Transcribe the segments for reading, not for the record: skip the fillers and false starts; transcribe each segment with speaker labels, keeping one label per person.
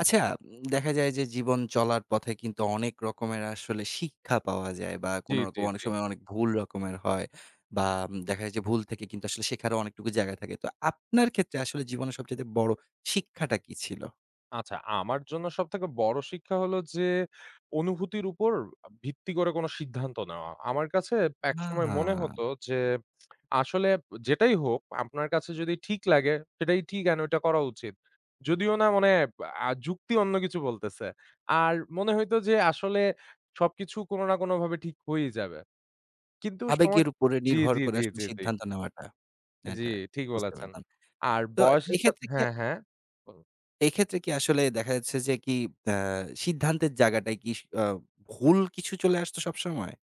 Speaker 1: আচ্ছা, দেখা যায় যে জীবন চলার পথে কিন্তু অনেক রকমের আসলে শিক্ষা পাওয়া যায় বা
Speaker 2: জি,
Speaker 1: কোনো
Speaker 2: জি,
Speaker 1: রকম অনেক
Speaker 2: জি।
Speaker 1: সময় অনেক ভুল রকমের হয় বা দেখা যায় যে ভুল থেকে কিন্তু আসলে শেখারও অনেকটুকু জায়গা থাকে। তো আপনার ক্ষেত্রে আসলে জীবনের সবচাইতে বড় শিক্ষাটা কি ছিল?
Speaker 2: আচ্ছা, আমার জন্য সবথেকে বড় শিক্ষা হলো যে, অনুভূতির উপর ভিত্তি করে কোনো সিদ্ধান্ত নেওয়া। আমার কাছে একসময় মনে
Speaker 1: আ
Speaker 2: হতো যে, আসলে যেটাই হোক, আপনার কাছে যদি ঠিক লাগে, সেটাই ঠিক এন্ড ওইটা করা উচিত। যদিও না মানে যুক্তি অন্য কিছু বলতেছে। আর মনে হইতো যে, আসলে সবকিছু কোনো না কোনোভাবে ঠিক হয়েই যাবে। কিন্তু সময়।
Speaker 1: আবেগের উপরে
Speaker 2: জি,
Speaker 1: নির্ভর
Speaker 2: জি,
Speaker 1: করে
Speaker 2: জি,
Speaker 1: আসলে
Speaker 2: জি, জি,
Speaker 1: সিদ্ধান্ত নেওয়াটা।
Speaker 2: জি,
Speaker 1: এটা
Speaker 2: ঠিক
Speaker 1: বুঝতে
Speaker 2: বলেছেন।
Speaker 1: পারলাম।
Speaker 2: আর
Speaker 1: তো
Speaker 2: বয়সের সাথে
Speaker 1: এক্ষেত্রে কি
Speaker 2: হ্যাঁ, হ্যাঁ।
Speaker 1: এক্ষেত্রে কি আসলে দেখা যাচ্ছে যে কি আ সিদ্ধান্তের জায়গাটায় কি স আ ভুল কিছু চলে আসতো সবসময়?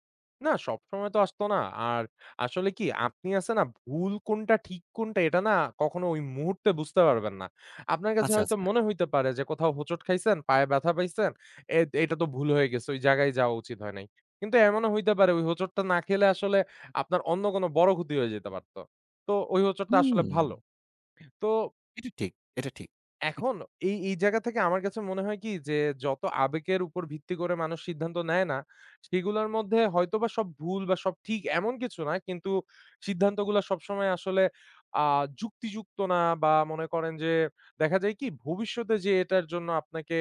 Speaker 2: না, সবসময় তো আসতো না। আর আসলে কি আপনি আছে না ভুল কোনটা ঠিক কোনটা এটা না কখনো ওই মুহূর্তে বুঝতে পারবেন না। আপনার কাছে
Speaker 1: আচ্ছা,
Speaker 2: হয়তো
Speaker 1: আচ্ছা।
Speaker 2: মনে হইতে পারে যে কোথাও হোঁচট খাইছেন, পায়ে ব্যথা পাইছেন, এটা তো ভুল হয়ে গেছে। ওই জায়গায় যাওয়া উচিত হয় নাই। কিন্তু এমনও হইতে পারে ওই হোঁচটটা না খেলে আসলে আপনার অন্য কোনো বড় ক্ষতি হয়ে যেতে পারত। তো ওই হোঁচটটা আসলে
Speaker 1: হুম।
Speaker 2: ভালো। তো
Speaker 1: এটা ঠিক, এটা ঠিক।
Speaker 2: এখন এই জায়গা থেকে আমার কাছে মনে হয় কি যে যত আবেগের উপর ভিত্তি করে মানুষ সিদ্ধান্ত নেয় না, সেগুলোর মধ্যে হয়তোবা সব ভুল বা সব ঠিক এমন কিছু না। কিন্তু সিদ্ধান্তগুলা সবসময় আসলে আ যুক্তিযুক্ত না বা মনে করেন যে দেখা যায় কি ভবিষ্যতে যে এটার জন্য আপনাকে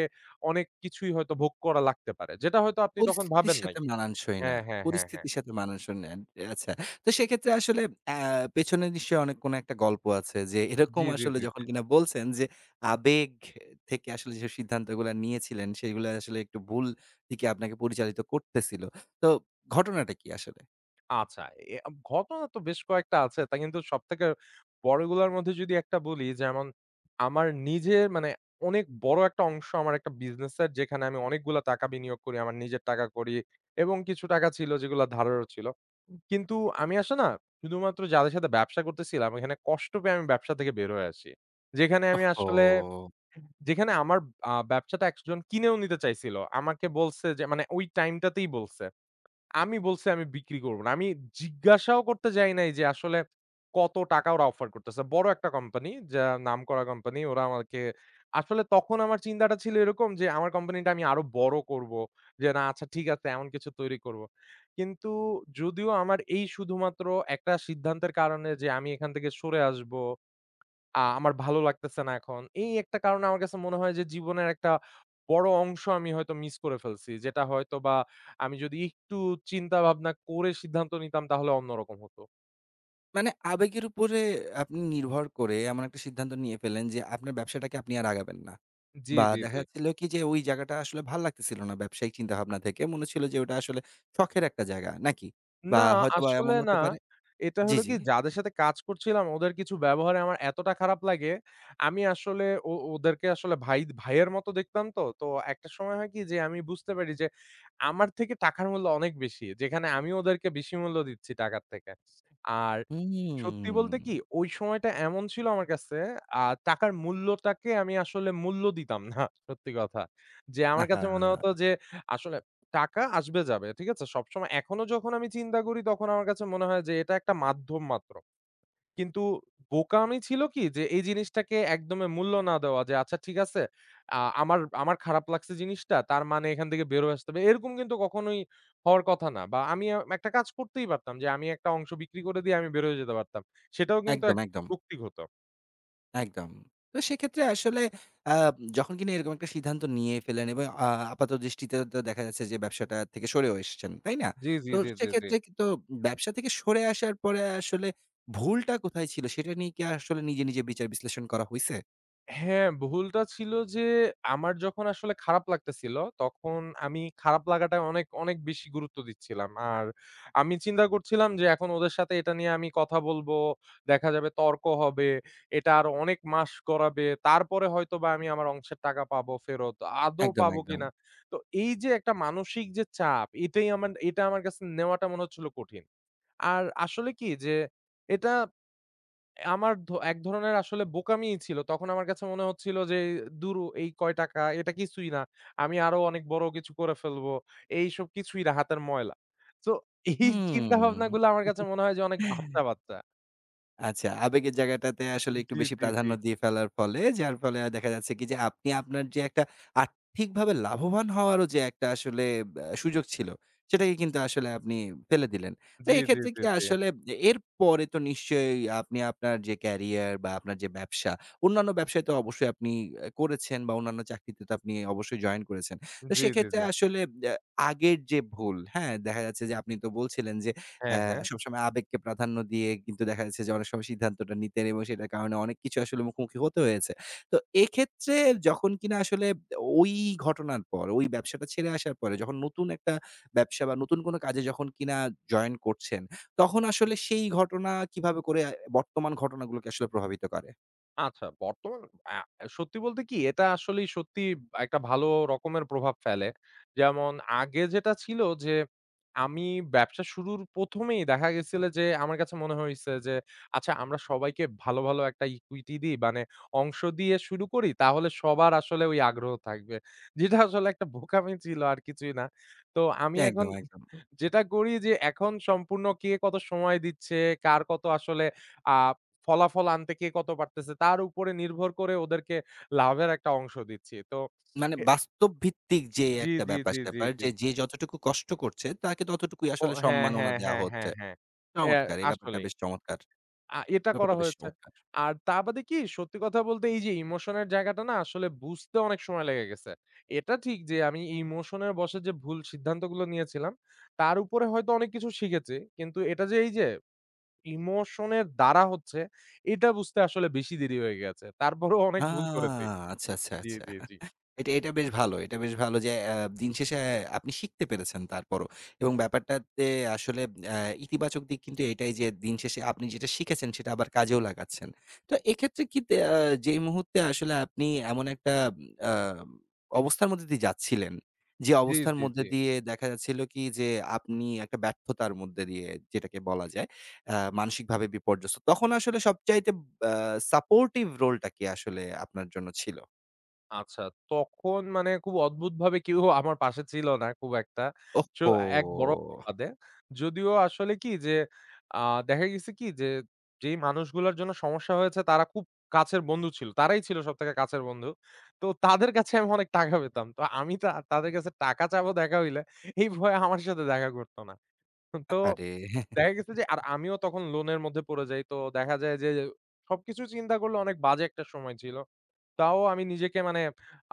Speaker 2: অনেক কিছুই হয়তো ভোগ করা লাগতে পারে। যেটা হয়তো আপনি তখন
Speaker 1: পরিস্থিতির
Speaker 2: ভাবেন নাই।
Speaker 1: সাথে মানানসই না।
Speaker 2: হ্যাঁ, হ্যাঁ, হ্যাঁ, হ্যাঁ।
Speaker 1: পরিস্থিতির সাথে মানানসই না। আচ্ছা। তো সেক্ষেত্রে আসলে আ পেছনে নিশ্চয়ই অনেক কোনো একটা গল্প আছে যে এরকম
Speaker 2: জি, জি,
Speaker 1: আসলে
Speaker 2: জি,
Speaker 1: যখন
Speaker 2: জি।
Speaker 1: কিনা বলছেন যে আবেগ থেকে আসলে যেসব সিদ্ধান্তগুলা নিয়েছিলেন সেগুলা আসলে একটু ভুল দিকে আপনাকে পরিচালিত করতেছিল। তো ঘটনাটা কি আসলে?
Speaker 2: আচ্ছা, এ আব ঘটনা তো বেশ কয়েকটা আছে। তা কিন্তু সবথেকে বড়গুলার মধ্যে যদি একটা বলি, যেমন আমার নিজের মানে অনেক বড় একটা অংশ আমার একটা বিজনেসের যেখানে আমি অনেকগুলা টাকা বিনিয়োগ করি, আমার নিজের টাকা করি এবং কিছু টাকা ছিল যেগুলা ধারেরও ছিল। কিন্তু আমি আসলে না শুধুমাত্র যাদের সাথে ব্যবসা করতেছিলাম, ওইখানে কষ্ট পেয়ে আমি ব্যবসা থেকে বের হয়ে আসি। যেখানে আমি আসলে
Speaker 1: ওহহো!
Speaker 2: যেখানে আমার ব্যবসাটা একজন কিনেও নিতে চাইছিল। আমাকে বলছে যে মানে ওই টাইমটাতেই বলছে। আমি বলছি আমি বিক্রি করব না। আমি জিজ্ঞাসাও করতে যাই নাই যে আসলে কত টাকা ওরা অফার করতেছে। বড় একটা কোম্পানি যা নামকরা কোম্পানি ওরা আমাকে আসলে তখন আমার চিন্তাটা ছিল এরকম যে আমার কোম্পানিটা আমি আরো বড় করব। যে না আচ্ছা ঠিক আছে এমন কিছু তৈরি করব। কিন্তু যদিও আমার এই শুধুমাত্র একটা সিদ্ধান্তের কারণে যে আমি এখান থেকে সরে আসব আমার ভালো লাগতেছে না এখন। এই একটা কারণে আমার কাছে মনে হয় যে জীবনের একটা বড় অংশ আমি হয়তো মিস করে ফেলছি। যেটা হয়তোবা আমি যদি একটু চিন্তা ভাবনা করে সিদ্ধান্ত নিতাম তাহলে অন্যরকম হতো।
Speaker 1: মানে আবেগের উপরে আপনি নির্ভর করে এমন একটা সিদ্ধান্ত নিয়ে ফেললেন যে আপনার ব্যবসাটাকে আপনি আর আগাবেন না।
Speaker 2: জি,
Speaker 1: বা
Speaker 2: জি,
Speaker 1: দেখা
Speaker 2: জি।
Speaker 1: যাচ্ছিল কি যে ওই জায়গাটা আসলে ভাল লাগতেছিল না ব্যবসায়িক চিন্তাভাবনা থেকে। মনে হচ্ছিল যে ওটা আসলে শখের একটা জায়গা নাকি? বা
Speaker 2: না,
Speaker 1: হয়তোবা
Speaker 2: আসলে
Speaker 1: এমন
Speaker 2: না।
Speaker 1: হতে পারে।
Speaker 2: এটা
Speaker 1: জি,
Speaker 2: হলো কি
Speaker 1: জি।
Speaker 2: যাদের সাথে কাজ করছিলাম ওদের কিছু ব্যবহারে আমার এতটা খারাপ লাগে। আমি আসলে ওদেরকে আসলে ভাই ভাইয়ের মতো দেখতাম তো। তো একটা সময় হয় কি যে আমি বুঝতে পারি যে আমার থেকে টাকার মূল্য অনেক বেশি। যেখানে আমি ওদেরকে বেশি মূল্য দিচ্ছি টাকার থেকে। আর সত্যি বলতে
Speaker 1: হুম।
Speaker 2: কি, ওই সময়টা এমন ছিল আমার কাছে, আ টাকার মূল্যটাকে আমি আসলে মূল্য দিতাম না, সত্যি কথা। যে আমার কাছে মনে হতো
Speaker 1: আহা!
Speaker 2: যে আসলে টাকা আসবে যাবে, ঠিক আছে? সবসময় এখনো যখন আমি চিন্তা করি তখন আমার কাছে মনে হয় যে এটা একটা মাধ্যম মাত্র। কিন্তু বোকামি ছিল কি? যে এই জিনিসটাকে একদমই মূল্য না দেওয়া যে, "আচ্ছা ঠিক আছে, আমার আমার খারাপ লাগছে জিনিসটা, তার মানে এখান থেকে বের হয়ে আসতে হবে।" এরকম কিন্তু কখনোই হওয়ার কথা না। বা আমি একটা কাজ করতেই পারতাম যে, আমি একটা অংশ বিক্রি করে দিয়ে আমি বের হয়ে যেতে পারতাম। সেটাও কিন্তু
Speaker 1: একদম,
Speaker 2: এক
Speaker 1: একদম,
Speaker 2: যৌক্তিক হতো।
Speaker 1: একদম। তো সেক্ষেত্রে আসলে আ যখন কিনা এরকম একটা সিদ্ধান্ত নিয়ে ফেলেন এবং আপাত দৃষ্টিতে তো দেখা যাচ্ছে যে ব্যবসাটা থেকে সরেও এসেছেন, তাই না?
Speaker 2: জি, জি,
Speaker 1: তো
Speaker 2: জি, জি, জি।
Speaker 1: তো ব্যবসা থেকে সরে আসার পরে আসলে ভুলটা কোথায় ছিল সেটা নিয়ে কি আসলে নিজে বিচার বিশ্লেষণ করা হইছে?
Speaker 2: হ্যাঁ, ভুলটা ছিল যে আমার যখন আসলে খারাপ লাগতেছিল, তখন আমি খারাপ লাগাটায় অনেক, অনেক বেশি গুরুত্ব দিচ্ছিলাম। আর আমি চিন্তা করছিলাম যে এখন ওদের সাথে এটা নিয়ে আমি কথা বলবো, দেখা যাবে তর্ক হবে, এটা আরো অনেক মাস গড়াবে। তারপরে হয়তোবা আমি আমার অংশের টাকা পাবো ফেরত। আদৌ
Speaker 1: একদম,
Speaker 2: পাবো
Speaker 1: একদম।
Speaker 2: কিনা? তো এই যে একটা মানসিক যে চাপ, এটাই আমার এটা আমার কাছে নেওয়াটা মনে হচ্ছিল কঠিন। আর আসলে কি যে এটা আমার এক ধরনের আসলে বোকামিই ছিল। তখন আমার কাছে মনে হচ্ছিল যে, "দূর এই কয় টাকা, এটা কিছুই না। আমি আরো অনেক বড় কিছু করে ফেলবো। এইসব কিছুই না, হাতের ময়লা।" তো এই
Speaker 1: হুম।
Speaker 2: চিন্তাভাবনাগুলো আমার কাছে মনে হয় যে অনেক বাচ্চা, বাচ্চা।
Speaker 1: আচ্ছা, আবেগের জায়গাটাতে আসলে একটু
Speaker 2: জি,
Speaker 1: বেশি
Speaker 2: জি, জি।
Speaker 1: প্রাধান্য দিয়ে ফেলার ফলে, যার ফলে দেখা যাচ্ছে কি যে আপনি আপনার যে একটা আর্থিকভাবে লাভবান হওয়ারও যে একটা আসলে সুযোগ ছিল, সেটাকে কিন্তু আসলে আপনি ফেলে দিলেন। তো
Speaker 2: জি, জি,
Speaker 1: এক্ষেত্রে
Speaker 2: জি,
Speaker 1: কি
Speaker 2: জি।
Speaker 1: আসলে এরপরে তো নিশ্চয়ই আপনি আপনার যে ক্যারিয়ার বা আপনার যে ব্যবসা, অন্যান্য ব্যবসায় তো অবশ্যই আপনি করেছেন বা অন্যান্য চাকরিতে তো আপনি অবশ্যই জয়েন করেছেন। তো
Speaker 2: জি, জি,
Speaker 1: সেক্ষেত্রে
Speaker 2: জি।
Speaker 1: আসলে আ আগের যে ভুল, হ্যাঁ? দেখা যাচ্ছে যে আপনি তো বলছিলেন যে
Speaker 2: হ্যাঁ, হ্যাঁ।
Speaker 1: সবসময় আবেগকে প্রাধান্য দিয়ে কিন্তু দেখা যাচ্ছে যে অনেক সময় সিদ্ধান্তটা নিতেন এবং সেটার কারণে অনেক কিছু আসলে মুখোমুখি হতে হয়েছে। তো এক্ষেত্রে যখন কিনা আসলে ওই ঘটনার পর, ওই ব্যবসাটা ছেড়ে আসার পরে যখন নতুন একটা ব্যবসা বা নতুন কোনো কাজে যখন কিনা জয়েন করছেন, তখন আসলে সেই ঘটনা কিভাবে করে বর্তমান ঘটনাগুলোকে আসলে প্রভাবিত করে?
Speaker 2: আচ্ছা, বর্তমান আ সত্যি বলতে কি এটা আসলেই সত্যি একটা ভালো রকমের প্রভাব ফেলে। যেমন আগে যেটা ছিল যে আমি ব্যবসা শুরুর ১ম এই দেখা গেছিল যে আমার কাছে মনে হইছে যে আচ্ছা আমরা সবাইকে ভালো, ভালো একটা ইকুইটি দিই মানে অংশ দিয়ে শুরু করি তাহলে সবার আসলে ওই আগ্রহ থাকবে। যেটা আসলে একটা বোকামি ছিল আর কিছুই না। তো আমি এখন
Speaker 1: একদম, একদম।
Speaker 2: যেটা করি যে এখন সম্পূর্ণ কে কত সময় দিচ্ছে, কার কত আসলে আ ফলাফল আনতে কে কত পারতেছে তার উপরে নির্ভর করে ওদেরকে লাভের একটা অংশ দিচ্ছি। তো
Speaker 1: মানে
Speaker 2: এ
Speaker 1: বাস্তব ভিত্তিক যে
Speaker 2: জি,
Speaker 1: একটা
Speaker 2: জি, জি, জি,
Speaker 1: ব্যাপার-স্যাপার
Speaker 2: জি।
Speaker 1: যে যতটুকু কষ্ট করছে তাকে ততটুকুই
Speaker 2: ও
Speaker 1: আসলে
Speaker 2: হ্যাঁ,
Speaker 1: সম্মাননা
Speaker 2: হ্যাঁ,
Speaker 1: দেয়া
Speaker 2: হ্যাঁ, হ্যাঁ,
Speaker 1: হচ্ছে।
Speaker 2: হ্যাঁ। অ্যা
Speaker 1: চমৎকার! এই ব্যাপারটা
Speaker 2: আসলেই।
Speaker 1: বেশ চমৎকার।
Speaker 2: এটা করা
Speaker 1: ব্যাপারটা বেশ
Speaker 2: হয়েছে।
Speaker 1: চমৎকার।
Speaker 2: আর তা বাদে কি সত্যি কথা বলতে এই যে ইমোশনের জায়গাটা না আসলে বুঝতে অনেক সময় লেগে গেছে। এটা ঠিক যে আমি ইমোশনের বশে যে ভুল সিদ্ধান্তগুলো নিয়েছিলাম, তার উপরে হয়তো অনেক কিছু শিখেছি। কিন্তু এটা যে এই যে ইমোশনের দ্বারা হচ্ছে, এটা বুঝতে আসলে বেশি দেরি হয়ে গেছে। তারপরেও অনেক
Speaker 1: আ
Speaker 2: ভুল করেছি।
Speaker 1: আচ্ছা, আচ্ছা,
Speaker 2: জি,
Speaker 1: আচ্ছা।
Speaker 2: জি, জি।
Speaker 1: এটা বেশ ভালো। এটা বেশ ভালো যে দিন শেষে আপনি শিখতে পেরেছেন তারপরও। এবং ব্যাপারটাতে আসলে অ্যা ইতিবাচক দিক কিন্তু এটাই যে দিন শেষে আপনি যেটা শিখেছেন সেটা আবার কাজেও লাগাচ্ছেন। তো এক্ষেত্রে কি তে আ যেই মুহূর্তে আসলে আপনি এমন একটা আ অবস্থার মধ্যে দিয়ে যাচ্ছিলেন, যে
Speaker 2: জি,
Speaker 1: অবস্থার
Speaker 2: জি, জি।
Speaker 1: মধ্যে দিয়ে দেখা যাচ্ছিল কি যে আপনি একটা ব্যর্থতার মধ্যে দিয়ে যেটাকে বলা যায় মানসিকভাবে বিপর্যস্ত। তখন আসলে সবচাইতে আ সাপোর্টিভ রোলটা কি আসলে আপনার জন্য ছিল?
Speaker 2: আচ্ছা, তখন মানে খুব অদ্ভুতভাবে কেউ আমার পাশে ছিল না খুব একটা। সো এক বড়
Speaker 1: ওহহো!
Speaker 2: ভাই বাদে। যদিও আসলে কি যে, আ দেখা গেছে কি যে, যেই মানুষগুলোর জন্য সমস্যা হয়েছে তারা খুব কাছের বন্ধু ছিল। তারাই ছিল সবথেকে কাছের বন্ধু। তো তাদের কাছে আমি অনেক টাকা পেতাম। তো আমি তাদের কাছে টাকা চাবো দেখা হইলে, এই ভয়ে আমার সাথে দেখা করত না। তো
Speaker 1: আহারে!
Speaker 2: দেখা গেছে যে আর আমিও তখন লোনের মধ্যে পড়ে যাই। তো দেখা যায় যে সবকিছু চিন্তা করলে অনেক বাজে একটা সময় ছিল। তাও আমি নিজেকে মানে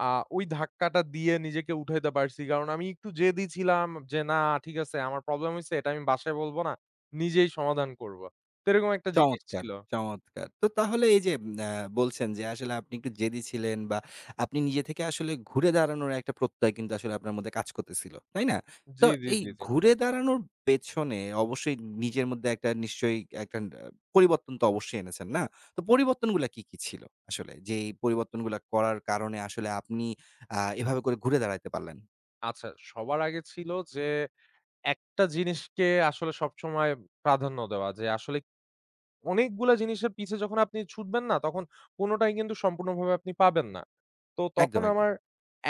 Speaker 2: আ ওই ধাক্কাটা দিয়ে নিজেকে উঠাইতে পারছি। কারণ আমি একটু জেদী ছিলাম যে, "না ঠিক আছে আমার প্রবলেম হইছে এটা আমি বাসায় বলব না। নিজেই সমাধান করব।" তো এরকম একটা জিনিস
Speaker 1: চমৎকার,
Speaker 2: ছিল।
Speaker 1: চমৎকার। তো তাহলে এই যে উম আ বলছেন যে আসলে আপনি একটু জেদি ছিলেন বা আপনি নিজে থেকে আসলে ঘুরে দাঁড়ানোর একটা প্রত্যয় কিন্তু আসলে আপনার মধ্যে কাজ করতেছিল। তাই না?
Speaker 2: জি,
Speaker 1: তো
Speaker 2: জি,
Speaker 1: এই
Speaker 2: জি, জি।
Speaker 1: ঘুরে দাঁড়ানোর পেছনে অবশ্যই নিজের মধ্যে একটা নিশ্চয়ই একটা আ পরিবর্তন তো অবশ্যই এনেছেন, না? তো পরিবর্তনগুলা কি, কি ছিল আসলে? যে এই পরিবর্তনগুলা করার কারণে আসলে আপনি এভাবে করে ঘুরে দাঁড়াইতে পারলেন।
Speaker 2: আচ্ছা সবার আগে ছিল যে একটা জিনিসকে আসলে সবসময় প্রাধান্য দেওয়া যে আসলে অনেকগুলা জিনিসের পিছে যখন আপনি ছুটবেন না, তখন কোনটাই কিন্তু সম্পূর্ণভাবে আপনি পাবেন না। তো তখন
Speaker 1: একদম, একদম।
Speaker 2: আমার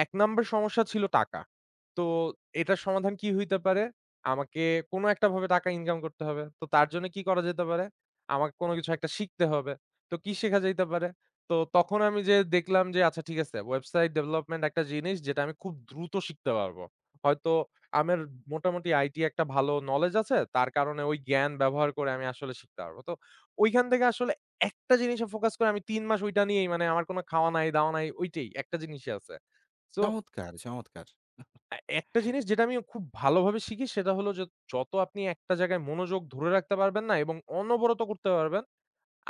Speaker 2: ১ নাম্বার সমস্যা ছিল টাকা। তো এটার সমাধান কি হইতে পারে? আমাকে কোন একটা ভাবে টাকা ইনকাম করতে হবে। তো তার জন্য কি করা যেতে পারে? আমাকে কোন কিছু একটা শিখতে হবে। তো কি শেখা যাইতে পারে? তো তখন আমি যে দেখলাম যে আচ্ছা ঠিক আছে ওয়েবসাইট ডেভেলপমেন্ট একটা জিনিস যেটা আমি খুব দ্রুত শিখতে পারবো। হয়তো আমার মোটামুটি আইটি একটা ভালো নলেজ আছে। তার কারণে ওই জ্ঞান ব্যবহার করে আমি আসলে শিখতে পারবো। তো ওইখান থেকে আসলে একটা জিনিসে ফোকাস করে আমি ৩ মাস ওইটা নিয়েই মানে আমার কোন খাওয়া নাই, দাওয়া নাই ওইটাই একটা জিনিসই আছে। সো
Speaker 1: চমৎকার, চমৎকার!
Speaker 2: একটা জিনিস যেটা আমি খুব ভালোভাবে শিখি সেটা হলো যে যত আপনি একটা জায়গায় মনোযোগ ধরে রাখতে পারবেন না এবং অনবরত করতে পারবেন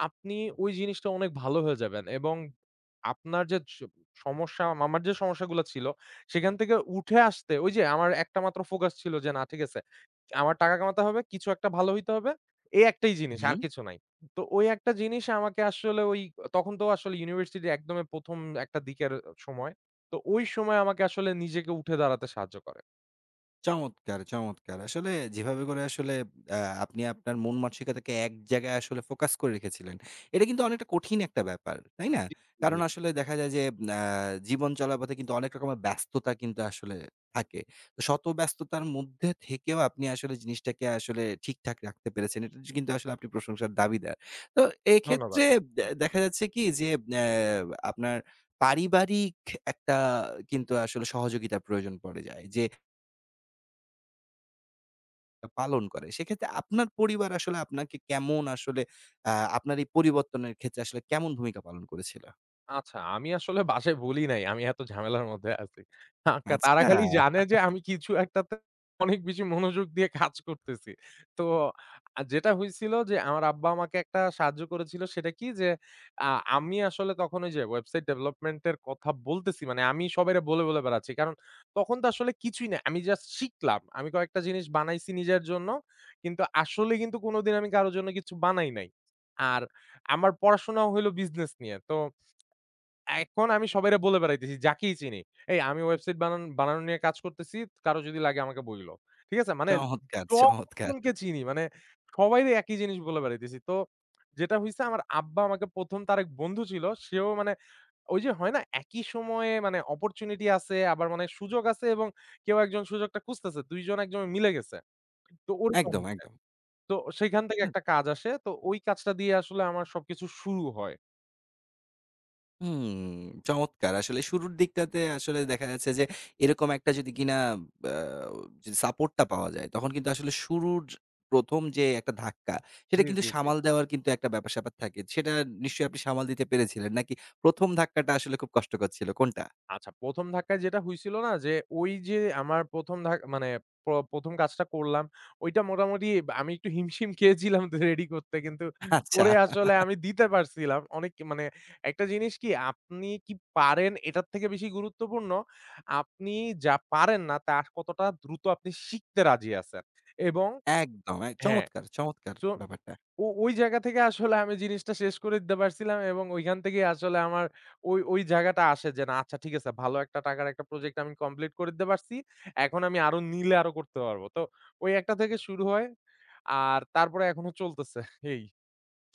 Speaker 2: আপনি ওই জিনিসটা অনেক ভালো হয়ে যাবেন এবং আপনার যে সমস্যা আমার যে সমস্যাগুলা ছিল সেখান থেকে উঠে আসতে ওই যে আমার একটা মাত্র ফোকাস ছিল যে না ঠিক আছে। আমার টাকা কামাতে হবে, কিছু একটা ভালো হইতে হবে। এই একটাই জিনিস আর
Speaker 1: উহু।
Speaker 2: কিছু নাই। তো ওই একটা জিনিস আমাকে আসলে ওই তখন তো আসলে ইউনিভার্সিটি একদমই ১ম একটা দিকের সময়। তো ওই সময় আমাকে আসলে নিজেকে উঠে দাঁড়াতে সাহায্য করে।
Speaker 1: চমৎকার, চমৎকার। আসলে যেভাবে করে আসলে আ আপনি আপনার মন মানসিকতাকে এক জায়গায় আসলে ফোকাস করে রেখেছিলেন। এটা কিন্তু অনেকটা কঠিন একটা ব্যাপার, তাই না?
Speaker 2: জি, জি।
Speaker 1: কারণ আসলে দেখা যায় যে আ জীবন চলার পথে কিন্তু অনেক রকমের ব্যস্ততা কিন্তু আসলে থাকে। তো শত ব্যস্ততার মধ্যে থেকেও আপনি আসলে জিনিসটাকে আসলে ঠিকঠাক রাখতে পেরেছেন। এটা কিন্তু আসলে আপনি প্রশংসার দাবিদার। তো
Speaker 2: ধন্যবাদ।
Speaker 1: এক্ষেত্রে
Speaker 2: হুম।
Speaker 1: দেখা যাচ্ছে কি যে আপনার পারিবারিক একটা কিন্তু আসলে সহযোগিতার প্রয়োজন পড়ে যায়। যে পালন করে। সেক্ষেত্রে আপনার পরিবার আসলে আপনাকে কেমন আসলে আ আপনার এই পরিবর্তনের ক্ষেত্রে আসলে কেমন ভূমিকা পালন করেছিল?
Speaker 2: আচ্ছা, আমি আসলে বাসায় বলি নাই আমি এত ঝামেলার মধ্যে আছি। আ কা তারা
Speaker 1: আচ্ছা,
Speaker 2: খালি জানে যে আমি কিছু একটাতে অনেক বেশি মনোযোগ দিয়ে কাজ করতেছি। তো যেটা হইছিল যে আমার আব্বা আমাকে একটা সাহায্য করেছিল সেটা কি যে আ আমি আসলে তখন ওই যে ওয়েবসাইট ডেভেলপমেন্ট এর কথা বলতেছি মানে আমি সবাইরে বলে, বলে বেড়াচ্ছি। কারণ তখন তো আসলে কিছুই না। আমি জাস্ট শিখলাম। আমি কয়েকটা জিনিস বানাইছি নিজের জন্য। কিন্তু আসলে কিন্তু কোনদিন আমি কারো জন্য কিছু বানাই নাই। আর আমার পড়াশোনাও হইল বিজনেস নিয়ে। তো এখন আমি সবাইরে বলে বেড়াইতেছি যাকেই চিনি। "এই আমি ওয়েবসাইট বানানো নিয়ে কাজ করতেছি। কারো যদি লাগে আমাকে বইলো।" ঠিক আছে? মানে
Speaker 1: চমৎকার,
Speaker 2: টপ
Speaker 1: চমৎকার।
Speaker 2: জনকে চিনি। মানে সবাইরে একই জিনিস বলে বেড়াইতেছি। তো যেটা হইছে আমার আব্বা আমাকে ১ম তার এক বন্ধু ছিল। সেও মানে ওই যে হয় না একই সময়ে মানে অপরচুনিটি আছে আবার মানে সুযোগ আছে এবং কেউ একজন সুযোগটা খুঁজতেছে। ২ জন একজনে মিলে গেছে। তো ওরকম
Speaker 1: একদম,
Speaker 2: হইছে।
Speaker 1: একদম।
Speaker 2: তো সেখান থেকে একটা কাজ আসে। তো ওই কাজটা দিয়ে আসলে আমার সবকিছু শুরু হয়।
Speaker 1: হুম, চমৎকার। আসলে শুরুর দিকটাতে আসলে দেখা যাচ্ছে যে এরকম একটা যদি কিনা আ যদি সাপোর্টটা পাওয়া যায় তখন কিন্তু আসলে শুরুর ১ম যে একটা ধাক্কা
Speaker 2: জি,
Speaker 1: সেটা কিন্তু
Speaker 2: জি, জি।
Speaker 1: সামাল দেওয়ার কিন্তু একটা ব্যাপার-স্যাপার থাকে। সেটা নিশ্চয়ই আপনি সামাল দিতে পেরেছিলেন নাকি ১ম ধাক্কাটা আসলে খুব কষ্টকর ছিল কোনটা?
Speaker 2: আচ্ছা ১ম ধাক্কায় যেটা হইছিল না যে, ওই যে আমার ১ম মানে ১ম কাজটা করলাম, ওইটা মোটামুটি আমি একটু হিমশিম খেয়েছিলাম রেডি করতে। কিন্তু
Speaker 1: আচ্ছা।
Speaker 2: পরে আসলে আমি দিতে পারছিলাম। অনেক মানে একটা জিনিস কি আপনি কি পারেন এটার থেকে বেশি গুরুত্বপূর্ণ, আপনি যা পারেন না তা কতটা দ্রুত আপনি শিখতে রাজি আছেন এবং
Speaker 1: একদম
Speaker 2: হ্যাঁ,
Speaker 1: চমৎকার, চমৎকার
Speaker 2: সো
Speaker 1: ব্যাপারটা।
Speaker 2: ওই জায়গা থেকে আসলে আমি জিনিসটা শেষ করে দিতে পারছিলাম এবং ওইখান থেকেই আসলে আমার ওই জায়গাটা আসে যে না আচ্ছা ঠিক আছে ভালো একটা টাকার একটা প্রজেক্ট আমি কমপ্লিট করে দিতে পারছি। এখন আমি আরো নিলে আরো করতে পারবো। তো ওই একটা থেকে শুরু হয়। আর তারপরে এখনো চলতেছে এই।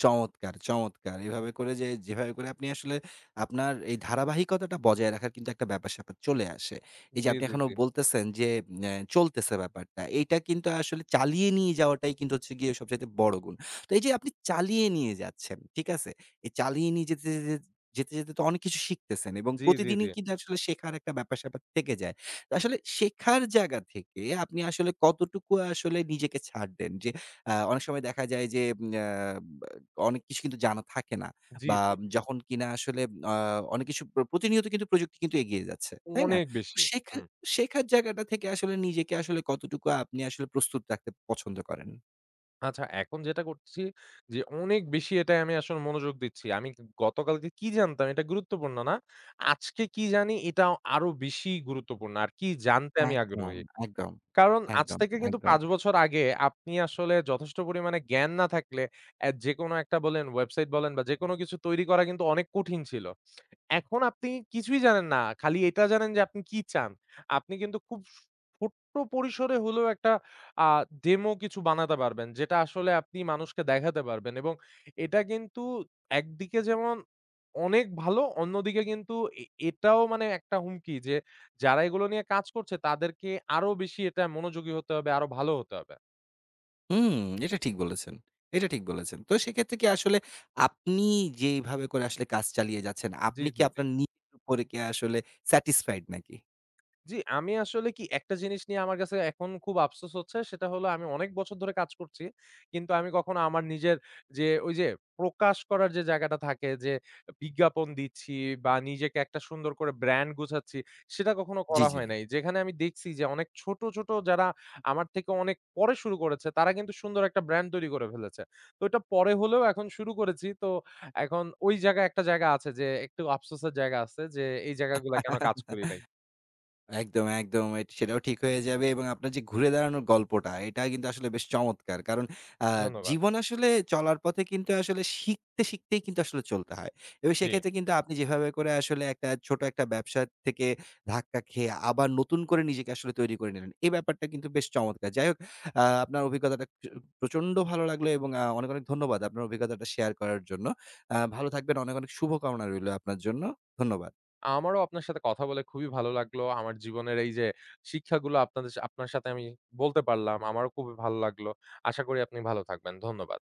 Speaker 1: চমৎকার, চমৎকার! এভাবে করে যেভাবে করে আপনি আসলে আপনার এই ধারাবাহিকতাটা বজায় রাখার কিন্তু একটা ব্যাপার-স্যাপার চলে আসে। এই যে
Speaker 2: জি,
Speaker 1: আপনি
Speaker 2: জি,
Speaker 1: এখনো
Speaker 2: জি।
Speaker 1: বলতেছেন যে চলতেছে ব্যাপারটা। এইটা কিন্তু আসলে চালিয়ে নিয়ে যাওয়াটাই কিন্তু হচ্ছে গিয়ে সবচাইতে বড় গুণ। তো এই যে আপনি চালিয়ে নিয়ে যাচ্ছেন, ঠিক আছে? এই চালিয়ে নিয়ে যেতে, যেতে, যেতে, যেতে তো অনেক কিছু শিখতেছেন এবং
Speaker 2: জি, জি, জি।
Speaker 1: প্রতিদিনই কিন্তু আসলে শেখার একটা ব্যাপার-স্যাপার থেকে যায়। তো আসলে শেখার জায়গা থেকে আপনি আসলে কতটুকু আসলে নিজেকে ছাড় দেন? যে অনেক সময় দেখা যায় যে উম আ অনেক কিছু কিন্তু জানা থাকে না।
Speaker 2: জি,
Speaker 1: বা
Speaker 2: জি।
Speaker 1: যখন কিনা আসলে আ অনেক কিছু প্রতিনিয়ত কিন্তু প্রযুক্তি কিন্তু এগিয়ে যাচ্ছে। তাই না?
Speaker 2: অনেক
Speaker 1: তো
Speaker 2: বেশি। হুম।
Speaker 1: শেখার জায়গাটা থেকে আসলে নিজেকে আসলে কতটুকু আপনি আসলে প্রস্তুত রাখতে পছন্দ করেন?
Speaker 2: আচ্ছা, এখন যেটা করছি যে অনেক বেশি এটায় আমি আসলে মনোযোগ দিচ্ছি। আমি গতকালকে কি জানতাম এটা গুরুত্বপূর্ণ না। আজকে কি জানি এটা আরো বেশি গুরুত্বপূর্ণ। আর কি জানতে আমি
Speaker 1: একদম,
Speaker 2: আগ্রহী।
Speaker 1: একদম,
Speaker 2: কারণ আজ
Speaker 1: একদম,
Speaker 2: থেকে কিন্তু
Speaker 1: একদম।
Speaker 2: ৫ বছর আগে আপনি আসলে যথেষ্ট পরিমাণে জ্ঞান না থাকলে যেকোনো একটা বলেন, ওয়েবসাইট বলেন বা যেকোনো কিছু তৈরি করা কিন্তু অনেক কঠিন ছিল। এখন আপনি কিছুই জানেন না। খালি এটা জানেন যে আপনি কি চান। আপনি কিন্তু খুব ছোট্ট পরিসরে হলেও একটা আ ডেমো কিছু বানাতে পারবেন। যেটা আসলে আপনি মানুষকে দেখাতে পারবেন এবং এটা কিন্তু একদিকে যেমন অনেক ভালো, অন্যদিকে কিন্তু এটাও মানে একটা হুমকি যে যারা এগুলো নিয়ে কাজ করছে তাদেরকে আরো বেশি এটা মনোযোগী হতে হবে, আরো ভালো হতে হবে।
Speaker 1: হুম, এটা ঠিক বলেছেন। এটা ঠিক বলেছেন। তো সেক্ষেত্রে কি আসলে আপনি যেইভাবে করে আসলে কাজ চালিয়ে যাচ্ছেন,
Speaker 2: জি,
Speaker 1: আপনি কি
Speaker 2: জি, জি।
Speaker 1: আপনার নিজের উপরে কি আসলে স্যাটিসফাইড নাকি?
Speaker 2: জি, আমি আসলে কি একটা জিনিস নিয়ে আমার কাছে এখন খুব আফসোস হচ্ছে। সেটা হলো আমি অনেক বছর ধরে কাজ করছি। কিন্তু আমি কখনো আমার নিজের যে ওই যে প্রকাশ করার যে জায়গাটা থাকে যে বিজ্ঞাপন দিচ্ছি বা নিজেকে একটা সুন্দর করে ব্র্যান্ড গুছাচ্ছি, সেটা কখনো করা
Speaker 1: জি,
Speaker 2: হয় নাই। যেখানে আমি দেখছি যে অনেক ছোট, ছোট যারা আমার থেকে অনেক পরে শুরু করেছে তারা কিন্তু সুন্দর একটা ব্র্যান্ড তৈরি করে ফেলেছে। তো ওটা পরে হলেও এখন শুরু করেছি। তো এখন ওই জায়গায় একটা জায়গা আছে যে একটু আফসোসের জায়গা আছে যে এই জায়গাগুলা কেন কাজ করি
Speaker 1: জি।
Speaker 2: নাই।
Speaker 1: একদম, একদম। সেটাও ঠিক হয়ে যাবে এবং আপনার যে ঘুরে দাঁড়ানোর গল্পটা, এটা কিন্তু আসলে বেশ চমৎকার। কারণ আ
Speaker 2: ধন্যবাদ।
Speaker 1: জীবন
Speaker 2: হুম,
Speaker 1: আসলে চলার পথে কিন্তু আসলে শিখতে, শিখতেই কিন্তু আসলে চলতে হয়। এবং
Speaker 2: জি।
Speaker 1: সেক্ষেত্রে কিন্তু আপনি যেভাবে করে আসলে একটা ছোট একটা ব্যবসা থেকে ধাক্কা খেয়ে আবার নতুন করে নিজেকে আসলে তৈরি করে নিলেন। এই ব্যাপারটা কিন্তু বেশ চমৎকার। যাই হোক, আপনার অভিজ্ঞতাটা প্রচন্ড ভালো লাগলো এবং অনেক, অনেক ধন্যবাদ আপনার অভিজ্ঞতাটা শেয়ার করার জন্য। ভালো থাকবেন। অনেক, অনেক শুভকামনা রইলো আপনার জন্য। ধন্যবাদ।
Speaker 2: আমারও আপনার সাথে কথা বলে খুবই ভালো লাগলো। আমার জীবনের এই যে শিক্ষাগুলো আপনার সাথে আমি বলতে পারলাম। আমারও খুবই ভালো লাগলো। আশা করি আপনি ভালো থাকবেন। ধন্যবাদ।